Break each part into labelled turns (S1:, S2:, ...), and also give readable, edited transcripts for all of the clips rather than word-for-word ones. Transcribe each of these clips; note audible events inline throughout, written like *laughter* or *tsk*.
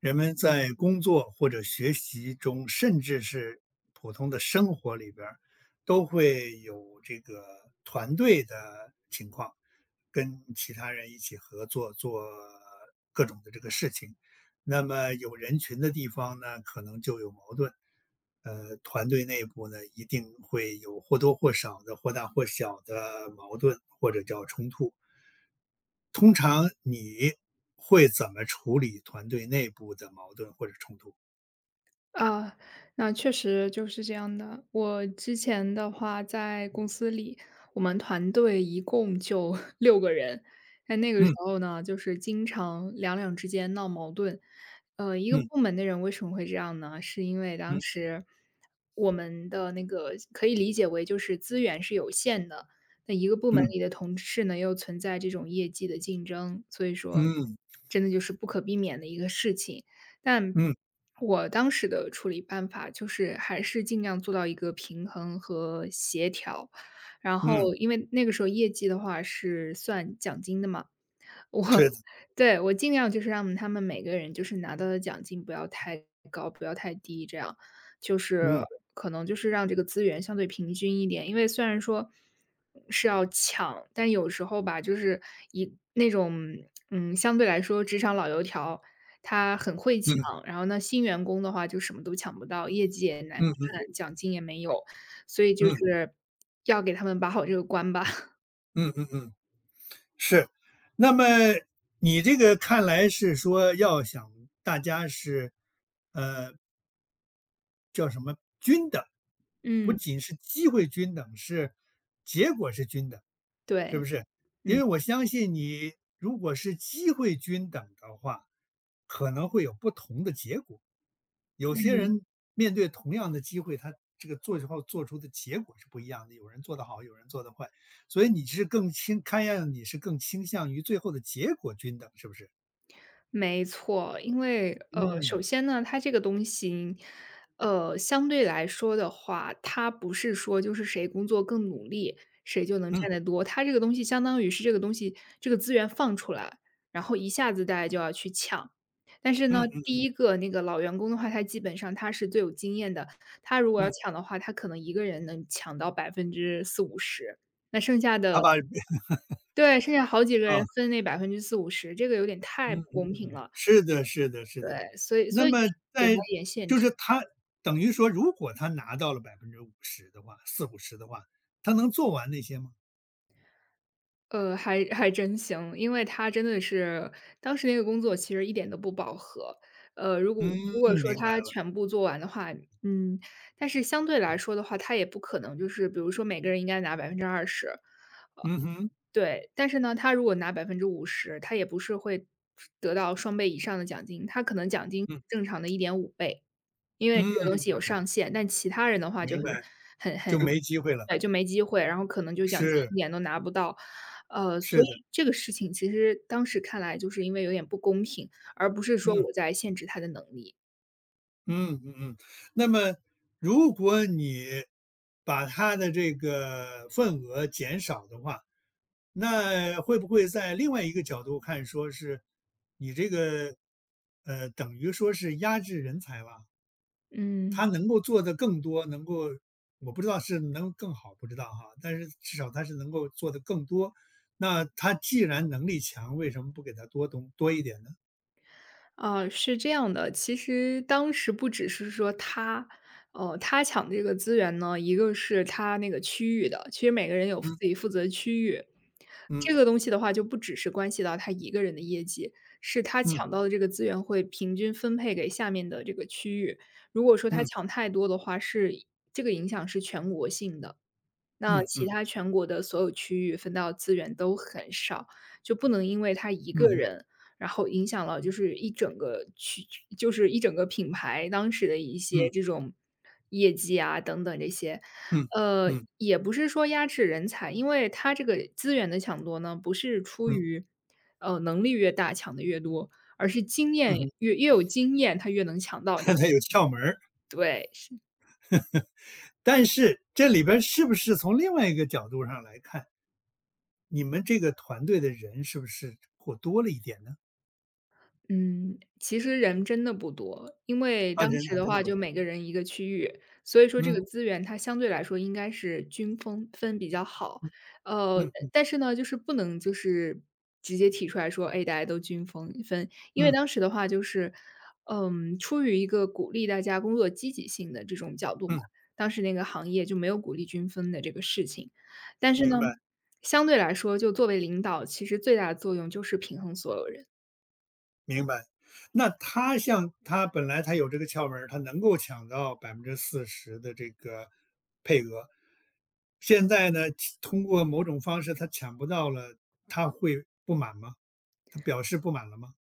S1: 人们在工作或者学习中，甚至是普通的生活里边儿，都会有这个团队的情况，跟其他人一起合作做各种的这个事情。那么有人群的地方呢，可能就有矛盾。团队内部呢，一定会有或多或少的、或大或小的矛盾或者叫冲突。通常你会怎么处理团队内部的矛盾或者冲突？
S2: 啊，那确实就是这样的。我之前的话在公司里，我们团队一共就 *laughs* 6个人。在那个时
S1: 嗯
S2: 候呢，就是经常两两之间闹矛盾。一个
S1: 嗯
S2: 部门的人为什么会这样呢？是因为当
S1: 嗯
S2: 时我们的那个可以理解为就是资源是有限的，那一个部门
S1: 嗯
S2: 里的同事呢又存在这种业绩的竞争，所以说
S1: 嗯嗯
S2: 真的就是不可避免的一个事情。但
S1: 嗯，
S2: 我当时的处理办法就是还是尽量做到一个平衡和协调。然后
S1: 嗯
S2: 因为那个时候业绩的话是算奖金的嘛，我
S1: 是的，
S2: *laughs* 对，我尽量就是让他们每个人就是拿到的奖金不要太高，不要太低，这样就是
S1: 嗯
S2: 可能就是让这个资源相对平均一点。因为虽然说是要抢，但有时候吧，就是那种相对来说职场老油条，他很会抢，
S1: 嗯
S2: 然后呢，新员工的话就什么都抢不到，业绩也难
S1: 嗯嗯
S2: 看，奖金也没有，所以就
S1: 嗯
S2: 是要给他们把好这个关吧。*laughs*
S1: 嗯嗯嗯，是。那么你这个看来是说要想大家是呃均等，不
S2: 嗯，
S1: 仅是机会均等，是结果是均等，是
S2: 对，
S1: 不是？因
S2: 嗯
S1: 为我相信你，如果是机会均等的话，可能会有不同的结果。有些
S2: 嗯。
S1: 人面对同样的机会，他这个做之后做出的结果是不一样的，有人做得好，有人做得坏。所以你是看样你是更倾向于最后的结果均等，是不是？
S2: 没错，因为
S1: 嗯
S2: 首先呢，它这个东西，相对来说的话，它不是说就是谁工作更努力，谁就能
S1: 嗯
S2: 赚得多。它这个东西相当于是这个东西这个资源放出来，然后一下子大家就要去抢。但是呢，
S1: 嗯
S2: 第
S1: 嗯
S2: 一个那个老员工的话，他基本上他是最有经验的，他如果要
S1: 嗯，
S2: 抢的话，他可能一个人能抢到百分之四五十。那剩下的
S1: 好吧，
S2: 对，剩下好几个人
S1: 啊，
S2: 分那百分之四五十，这个有点太不
S1: 嗯。
S2: 公平了。
S1: 是的，是的，是的。
S2: 对，所以
S1: 那
S2: 所以就
S1: 么
S2: 是给他
S1: 在
S2: 也
S1: 就是他等于说，如果他拿到了百分之五十的话40%~50%的话，他能做完那些吗？
S2: 还真行，因为他真的是当时那个工作其实一点都不饱和。如果如
S1: 嗯，
S2: 果说
S1: 明白
S2: 他
S1: 了。
S2: 全部做完的话，嗯，但是相对来说的话，他也不可能就是比如说每个人应该拿20%，
S1: 嗯哼，
S2: 对，但是呢，他如果拿50%，他也不是会得到双倍以上的奖金，他可能奖金
S1: 嗯，
S2: 正常的1.5倍，因为这个
S1: 嗯，
S2: 东西有上限，但其他人的话就
S1: 明
S2: 很
S1: 白，就没机会了。
S2: 对，就没机会，然后可能就奖金
S1: 是，
S2: 一点都拿不到。所
S1: 是
S2: 以
S1: 的，
S2: 这个事情其实当时看来就是因为有点不公平，而不是说
S1: 嗯，
S2: 我在限制他的能力。
S1: 嗯嗯嗯。那么如果你把他的这个份额减少的话，那会不会在另外一个角度看，说是你这个，等于说是压制人才吧，他
S2: 嗯。
S1: 能够做得更多，能够我不知道是能更好，不知道哈，但是至少他是能够做得更多。那他既然能力强，为什么不给他多一点呢？
S2: 啊，是这样的，其实当时不只是说他，他抢这个资源呢，一个是他那个区域的，其实每个人有自己
S1: 嗯
S2: 负责的区域，这个
S1: 嗯
S2: 东西的话就不只是关系到他一个人的业绩，是他
S1: 嗯
S2: 抢到的这个资源会平均分配给下面的这个区域。如果说他
S1: 嗯
S2: 抢太多的话，这个影响是全国性的。那
S1: 嗯
S2: 其
S1: 嗯
S2: 他全国的所有区域分到资源都很少，就不能因为他一
S1: 嗯
S2: 个
S1: 嗯
S2: 人，然后影响了就是一整个区就是一整个品牌当时的一些
S1: 嗯
S2: 这种业绩啊等等这些。呃，
S1: 嗯
S2: 也不是说压制人才，因为它这个资源的抢夺呢，不是出
S1: 嗯
S2: 于，能力越大抢的越多，而是经验
S1: 嗯，
S2: 越有经验，他越能抢
S1: *laughs*
S2: 到这
S1: 他
S2: 个。
S1: 有窍门儿。
S2: 对，是。
S1: 但是这里边儿是不是从另外一个角度上来看？你们这个团队的人是不是过多了一点呢？
S2: 嗯，其实人真的不多，因为
S1: 啊，
S2: 当
S1: 人
S2: 时
S1: 还
S2: 的
S1: 真的
S2: 话
S1: 不
S2: 就
S1: 多。
S2: 每个人一个区域，所以说这个
S1: 嗯，
S2: 资源它相对来说应该是均分比较好。呃，
S1: 嗯，
S2: 但是呢，就是不能就是直接提出来说，哎，大家都均分，因为
S1: 嗯，
S2: 当时的话就是，嗯，出于一个鼓励大家工作积极性的这种角度嘛，
S1: 嗯，
S2: 当时那个行业就没有鼓励均分的这个事情。但是呢，
S1: 明白，
S2: 相对来说，就作为领导，其实最大的作用就是平衡所有人。
S1: 明白。那他像他本来他有这个窍门儿，他能够抢到40%的这个配额，现在呢，通过某种方式他抢不到了，他会不满吗？他表示不满了吗？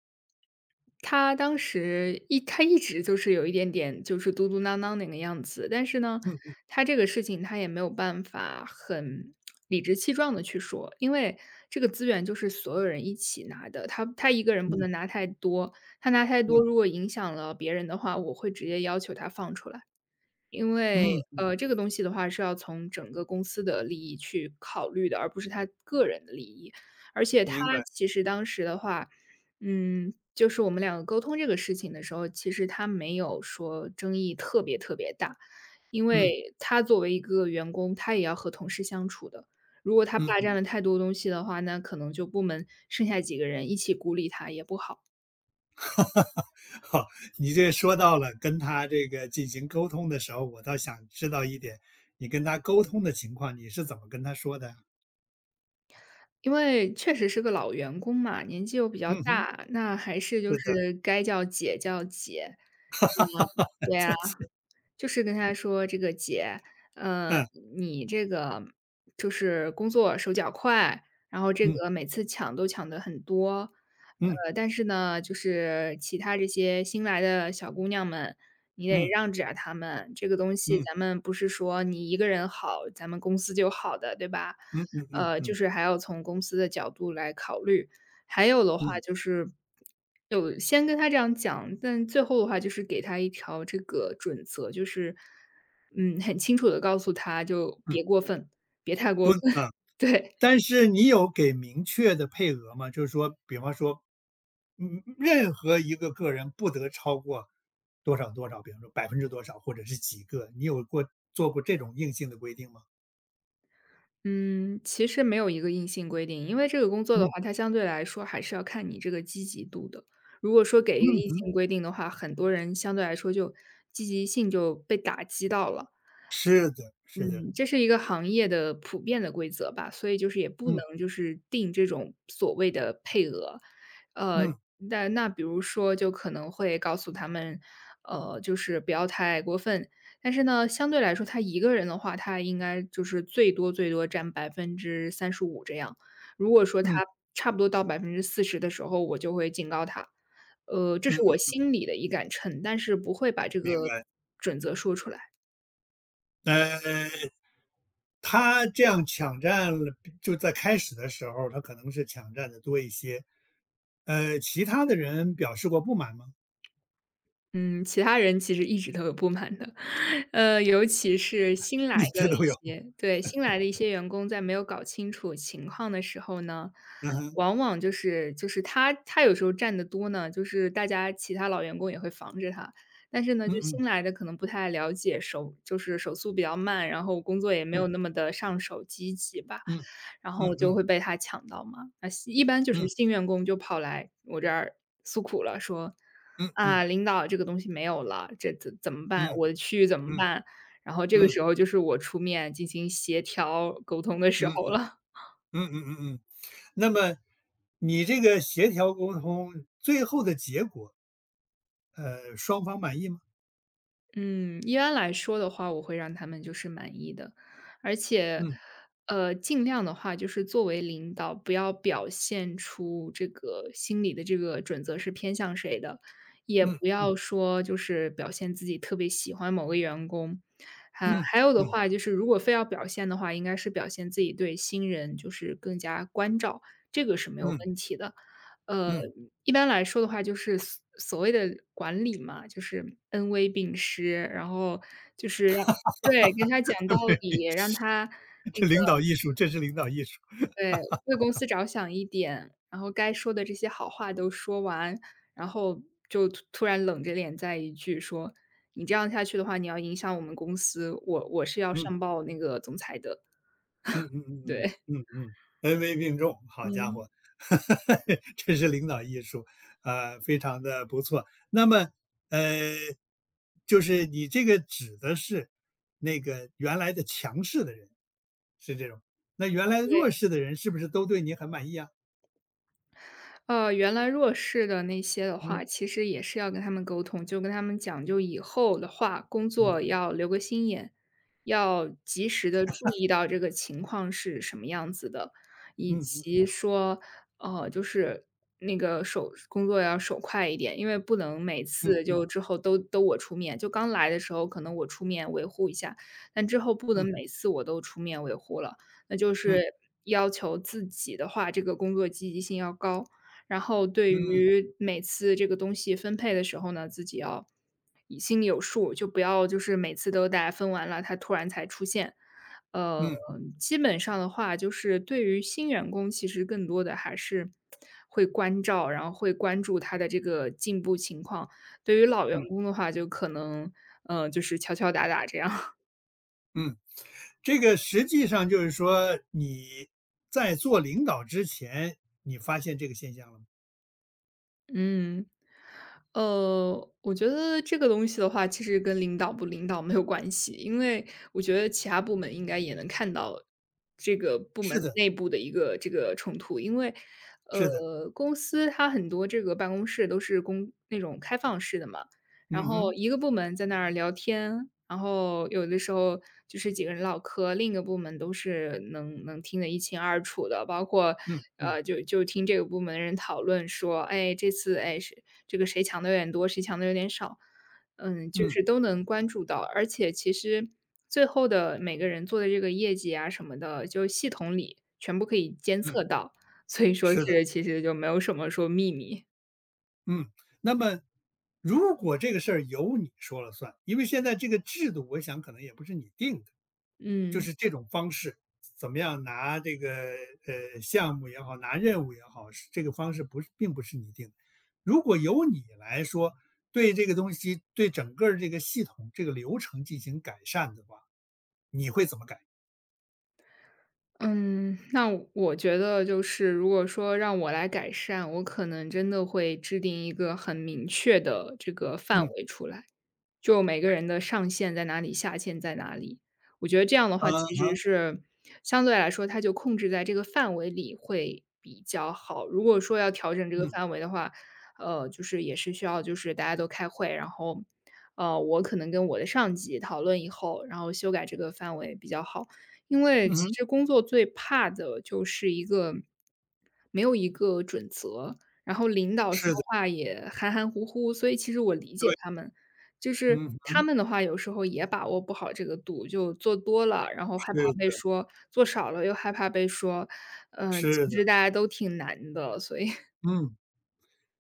S2: 他一直就是有一点点就是嘟嘟囔囔那个样子，但是呢，
S1: 嗯，
S2: 他这个事情他也没有办法很理直气壮的去说，因为这个资源就是所有人一起拿的，他一个人不能
S1: 嗯，
S2: 拿太多，他拿太多
S1: 嗯，
S2: 如果影响了别人的话，我会直接要求他放出来。因为，
S1: 嗯，嗯，
S2: 这个东西的话是要从整个公司的利益去考虑的，而不是他个人的利益。而且他
S1: 明白，
S2: 其实当时的话，嗯，就是我们两个沟通这个事情的时候，其实他没有说争议特别特别大，因
S1: 嗯，嗯。
S2: 为他作为一个员工，他也要和同事相处的。如果他霸
S1: 嗯
S2: 占了太多东西的话，那可能就部门剩下几个人一起孤立他也不好。
S1: *laughs* 好，你这说到了跟他这个进行沟通的时候，我倒想知道一点，你跟他沟通的情况，你是怎么跟他说的呀？
S2: 因为确实是个老员工嘛，年纪又比较
S1: 嗯哼，
S2: 大，那还是就
S1: 是的，
S2: 是该叫姐叫姐。嗯，对
S1: 这
S2: 啊。
S1: 是
S2: 就是跟他说：“这个姐，呃，
S1: 嗯
S2: 你这个就是工作手脚快，然后这
S1: 嗯
S2: 个每次抢都抢的很多，
S1: 嗯
S2: 但是呢，就是其他这些新来的小姑娘们，你得
S1: 嗯
S2: 让着点儿她们。这个东西
S1: 嗯
S2: 咱们不是说你一个人好，咱们公司就好的，对吧？
S1: 嗯嗯嗯
S2: 就
S1: 嗯
S2: 是还要从公司的角度来考虑。还有的话
S1: 嗯
S2: 就是，有先跟他这样讲，但最后的话就是给他一条这个准则，就是，嗯，很清楚的告诉他就
S1: 嗯，
S2: 别过分，别太过分，”
S1: 不，
S2: *laughs*
S1: 嗯，
S2: 对。
S1: 但是你有给明确的配额吗？就是说，比方说，嗯，任何一个个人不得超过多少多少，比方说百分之多少，或者是几个，你做过这种硬性的规定吗？
S2: 嗯，其实没有一个硬性规定，因为这个工作的
S1: 嗯
S2: 话，它相对来说还是要看你这个积极度的。如果说给一个
S1: 嗯
S2: 硬
S1: 嗯
S2: 性规定的话，很多人相对来说就积极性就被打击到了。
S1: 是的，是的，
S2: 嗯，这是一个行业的普遍的规则吧，所以就是也不能
S1: 嗯
S2: 就是定这种所谓的配额。呃，
S1: 嗯
S2: 那比如说就可能会告诉他们，就是不要太过分。但是呢，相对来说，他一个人的话，他应该就是最多最多占35%这样。如果说他
S1: 嗯
S2: 差不多到40%的时候，我就会警告他。这是我
S1: 嗯，
S2: 心里的一杆秤，但是不会把这
S1: 明
S2: 个
S1: 白。
S2: 准则说出来。
S1: 呃，他这样抢占了，就在开始的时候，他可能是抢占的多一些。其他的人表示过不满吗？
S2: 嗯，其他人其实一直都有不满的，*laughs* 尤其是新
S1: *laughs*
S2: 来
S1: 一
S2: 的
S1: 直都
S2: 一
S1: 有。
S2: 些员工在没有搞清楚情况的时候呢，
S1: 嗯哼，
S2: 往往就是他有时候占得多呢，就是大家其他老员工也会防着他。但是呢，
S1: 嗯
S2: 就
S1: 嗯
S2: 新来的可能不太了解，手就是手速比较慢，然后工作也没
S1: 嗯
S2: 有那么的上手积极吧。
S1: 嗯
S2: 然后
S1: 嗯
S2: 就
S1: 嗯
S2: 会被他抢到嘛。那一般就是
S1: 嗯
S2: 新员工就跑来我这儿诉苦了，说：
S1: 嗯嗯
S2: “啊，
S1: 嗯
S2: 领导这个东西没有了，这怎么办？
S1: 嗯
S2: 我的区域怎么
S1: 嗯
S2: 办？”然后这个
S1: 嗯
S2: 时候就是我出面进行协调沟通的时
S1: 嗯
S2: 候了。
S1: 嗯嗯嗯。那么你这个协调沟通最后的结果，双方满意吗？
S2: 嗯，一般来说的话，我会让他们就是满意的，而且，
S1: 嗯
S2: 尽量的话，就是作为领导，不要表现出这个心里的这个准则是偏向谁的，也
S1: 嗯
S2: 不
S1: 嗯
S2: 要说就是表现自己特别喜欢某个员工，啊，
S1: 嗯
S2: 还有的
S1: 嗯
S2: 话就是，如果非要表现的话，应该是表现自己对新人就是更加关照，这个是没有
S1: 嗯
S2: 问题的。呃，
S1: 嗯。
S2: 一般来说的话，就是所谓的管理嘛，就是恩威并施，然后就是让对，给他讲道
S1: 对，*laughs*
S2: 理，让他
S1: 这领导艺术，这是领导艺术。
S2: 对，为公司着想一点，然后该说的这些好话都说完，然后就突然冷着脸再一句说：“你这样下去的话，你要影响我们公司，我是要
S1: 嗯
S2: 上报那个总裁的。”
S1: 嗯嗯嗯
S2: 对，
S1: 嗯嗯嗯，恩威并重，好家
S2: 嗯。
S1: 伙，*laughs* 这是领导艺术，非常的不错。那么，呃，就是你这个指的是那个原来的强势的人，是这种。那原来
S2: 对。
S1: 弱势的人是不是都对你很满意啊？
S2: 原来弱势的那些的话，
S1: 嗯
S2: 其实也是要跟他们沟通，就跟他们讲，就以后的话，工作
S1: 嗯
S2: 要留个心眼，要及时的注意到这个情况是什么样子的，以
S1: 嗯嗯
S2: 及说，就是那个手工作要手快一点，因为不能每
S1: 嗯
S2: 次就
S1: 嗯
S2: 之后都我出面，就刚来的时候可能我出面维护一下，但之后不能
S1: 嗯
S2: 每次我都出面维护了，那就是
S1: 嗯
S2: 要求自己的话，这个工作积极性要高。然后对
S1: 嗯嗯嗯嗯。
S2: 于每次这个东西分配的时候呢，自己要以心里有数，就不要就是每次都大家分完了，他突然才出现。呃，
S1: 嗯
S2: 基本上的话，就是对于新员工，其实更多的还是会关照，然后会关注他的这个进步情况。对于老员
S1: 嗯
S2: 工的话，就可能嗯，就是敲敲打打这样。
S1: 嗯这个实际上就是说，你在做领导之前，你发现这个现象了吗？
S2: 嗯，我觉得这个东西的话，其实跟领导不领导没有关系，因为我觉得其他部门应该也能看到这个部门
S1: 是的，
S2: 内部的一个这个冲突，因为
S1: 是的，
S2: 公司它很多这个办公室都是公那种开放式的嘛，然
S1: 嗯
S2: 后
S1: 哼，
S2: 一个部门在那儿聊天，然后有的时候就是几个人唠嗑，另一个部门都是能听得一清二楚的，包括
S1: 嗯嗯
S2: 就听这个部门的人讨论说，哎，这次哎是这个谁抢的有点多，谁抢的有点少，嗯，就
S1: 嗯
S2: 是都能关注到，而且其实最后的每个人做的这个业绩啊什么的，就系统里全部可以监
S1: 嗯，
S2: 测到，所以说
S1: 是的。
S2: 是其实就没有什么说秘密，
S1: 嗯，那么如果这个事儿由你说了算，因为现在这个制度，我想可能也不是你定的，就
S2: 嗯。
S1: 是这种方式，怎么样拿这个项目也好，拿任务也好，是这个方式不是并不是你定的。如果由你来说，对这个东西，对整个儿这个系统、这个流程进行改善的话，你会怎么改？
S2: 嗯，那我觉得就是如果说让我来改善，我可能真的会制定一个很明确的这个范
S1: 嗯，
S2: 围出来，就每个人的上限在哪里，下限在哪里。我觉得这样的话，其
S1: 啊
S2: 实是相对来说，它就控制在这个范围里会比较好。如果说要调整这
S1: 嗯
S2: 个
S1: 嗯
S2: 范围的话，就是也是需要就是大家都开会，然后我可能跟我的上级讨论以后，然后修改这个范围比较好。因为
S1: 嗯
S2: 其
S1: 哼，
S2: 实工作最怕的就是一个没有一个准则，然后领导说
S1: 是的，
S2: 话也含含糊糊，所以其实我理解
S1: 对，
S2: 他们。就是
S1: 嗯，
S2: 他们的话，有时候也把握不好这个度，就做多了，然后
S1: 是
S2: 害怕被
S1: 的，
S2: 说；做少了又害怕被说。嗯、其
S1: 是的，
S2: 实大家都挺难的，所以 *laughs*
S1: 嗯。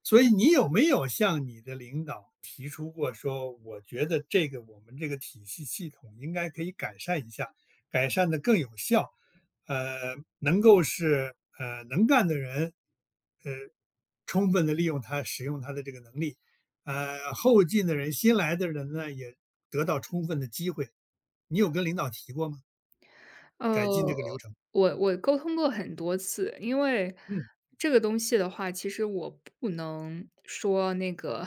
S1: 所以你有没有向你的领导提出过说，我觉得这个我们这个体系系统应该可以改善一下，改善的更有效，能够是能干的人，呃，充分的利用他使用他的这个能力，后进的人、新来的人呢也得到充分的机会。你有跟领导提过吗？
S2: 呃，
S1: 改进这个流程？
S2: 我沟通过很多次，因为
S1: 嗯
S2: 这个东西的话，其实我不能说那个，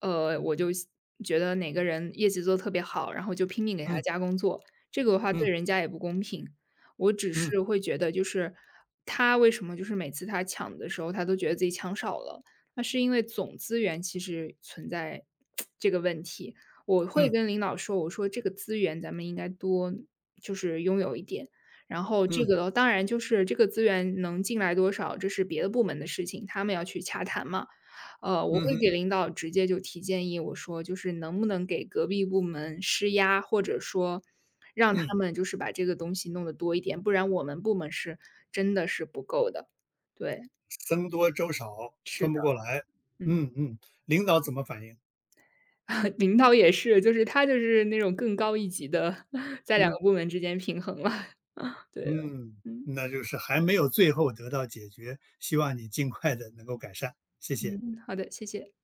S2: 我就觉得哪个人业绩做得特别好，然后就拼命给他
S1: 嗯
S2: 加工作，这个的话对
S1: 嗯
S2: 人家也不公平。我只
S1: 嗯
S2: 是会觉得，就是他为什么就是每次他抢的时候，他都觉得自己抢少了，那是因为总资源其实存在 *tsk* 这个问题。我
S1: 嗯
S2: 会
S1: 嗯
S2: 跟领导说，我说这个资源咱们应该多就是拥有一点。然后这
S1: 嗯
S2: 个当然就是这个资源能进来多少，这是别的部门的事情，他们要去洽谈嘛。我
S1: 嗯
S2: 会给
S1: 嗯
S2: 领导直接就提建议，我说就是能不能给隔壁部门施压，或者说让他
S1: 嗯。
S2: 们就是把这个东西弄得多一点，不然我们部门是真的是不够的。对，
S1: 僧多粥少，
S2: 是
S1: 分
S2: 的，
S1: 不过来。
S2: 嗯，
S1: 嗯嗯，领导怎么反应？
S2: *laughs* 领导也是，就是他就是那种更高一级的，*laughs* 在两个
S1: 嗯
S2: 部门之间平衡了。*laughs* 对的，
S1: 嗯，
S2: 嗯
S1: 那就是还没有最后得到解决，希望你尽快的能够改善，谢谢。
S2: 嗯，好的，谢谢。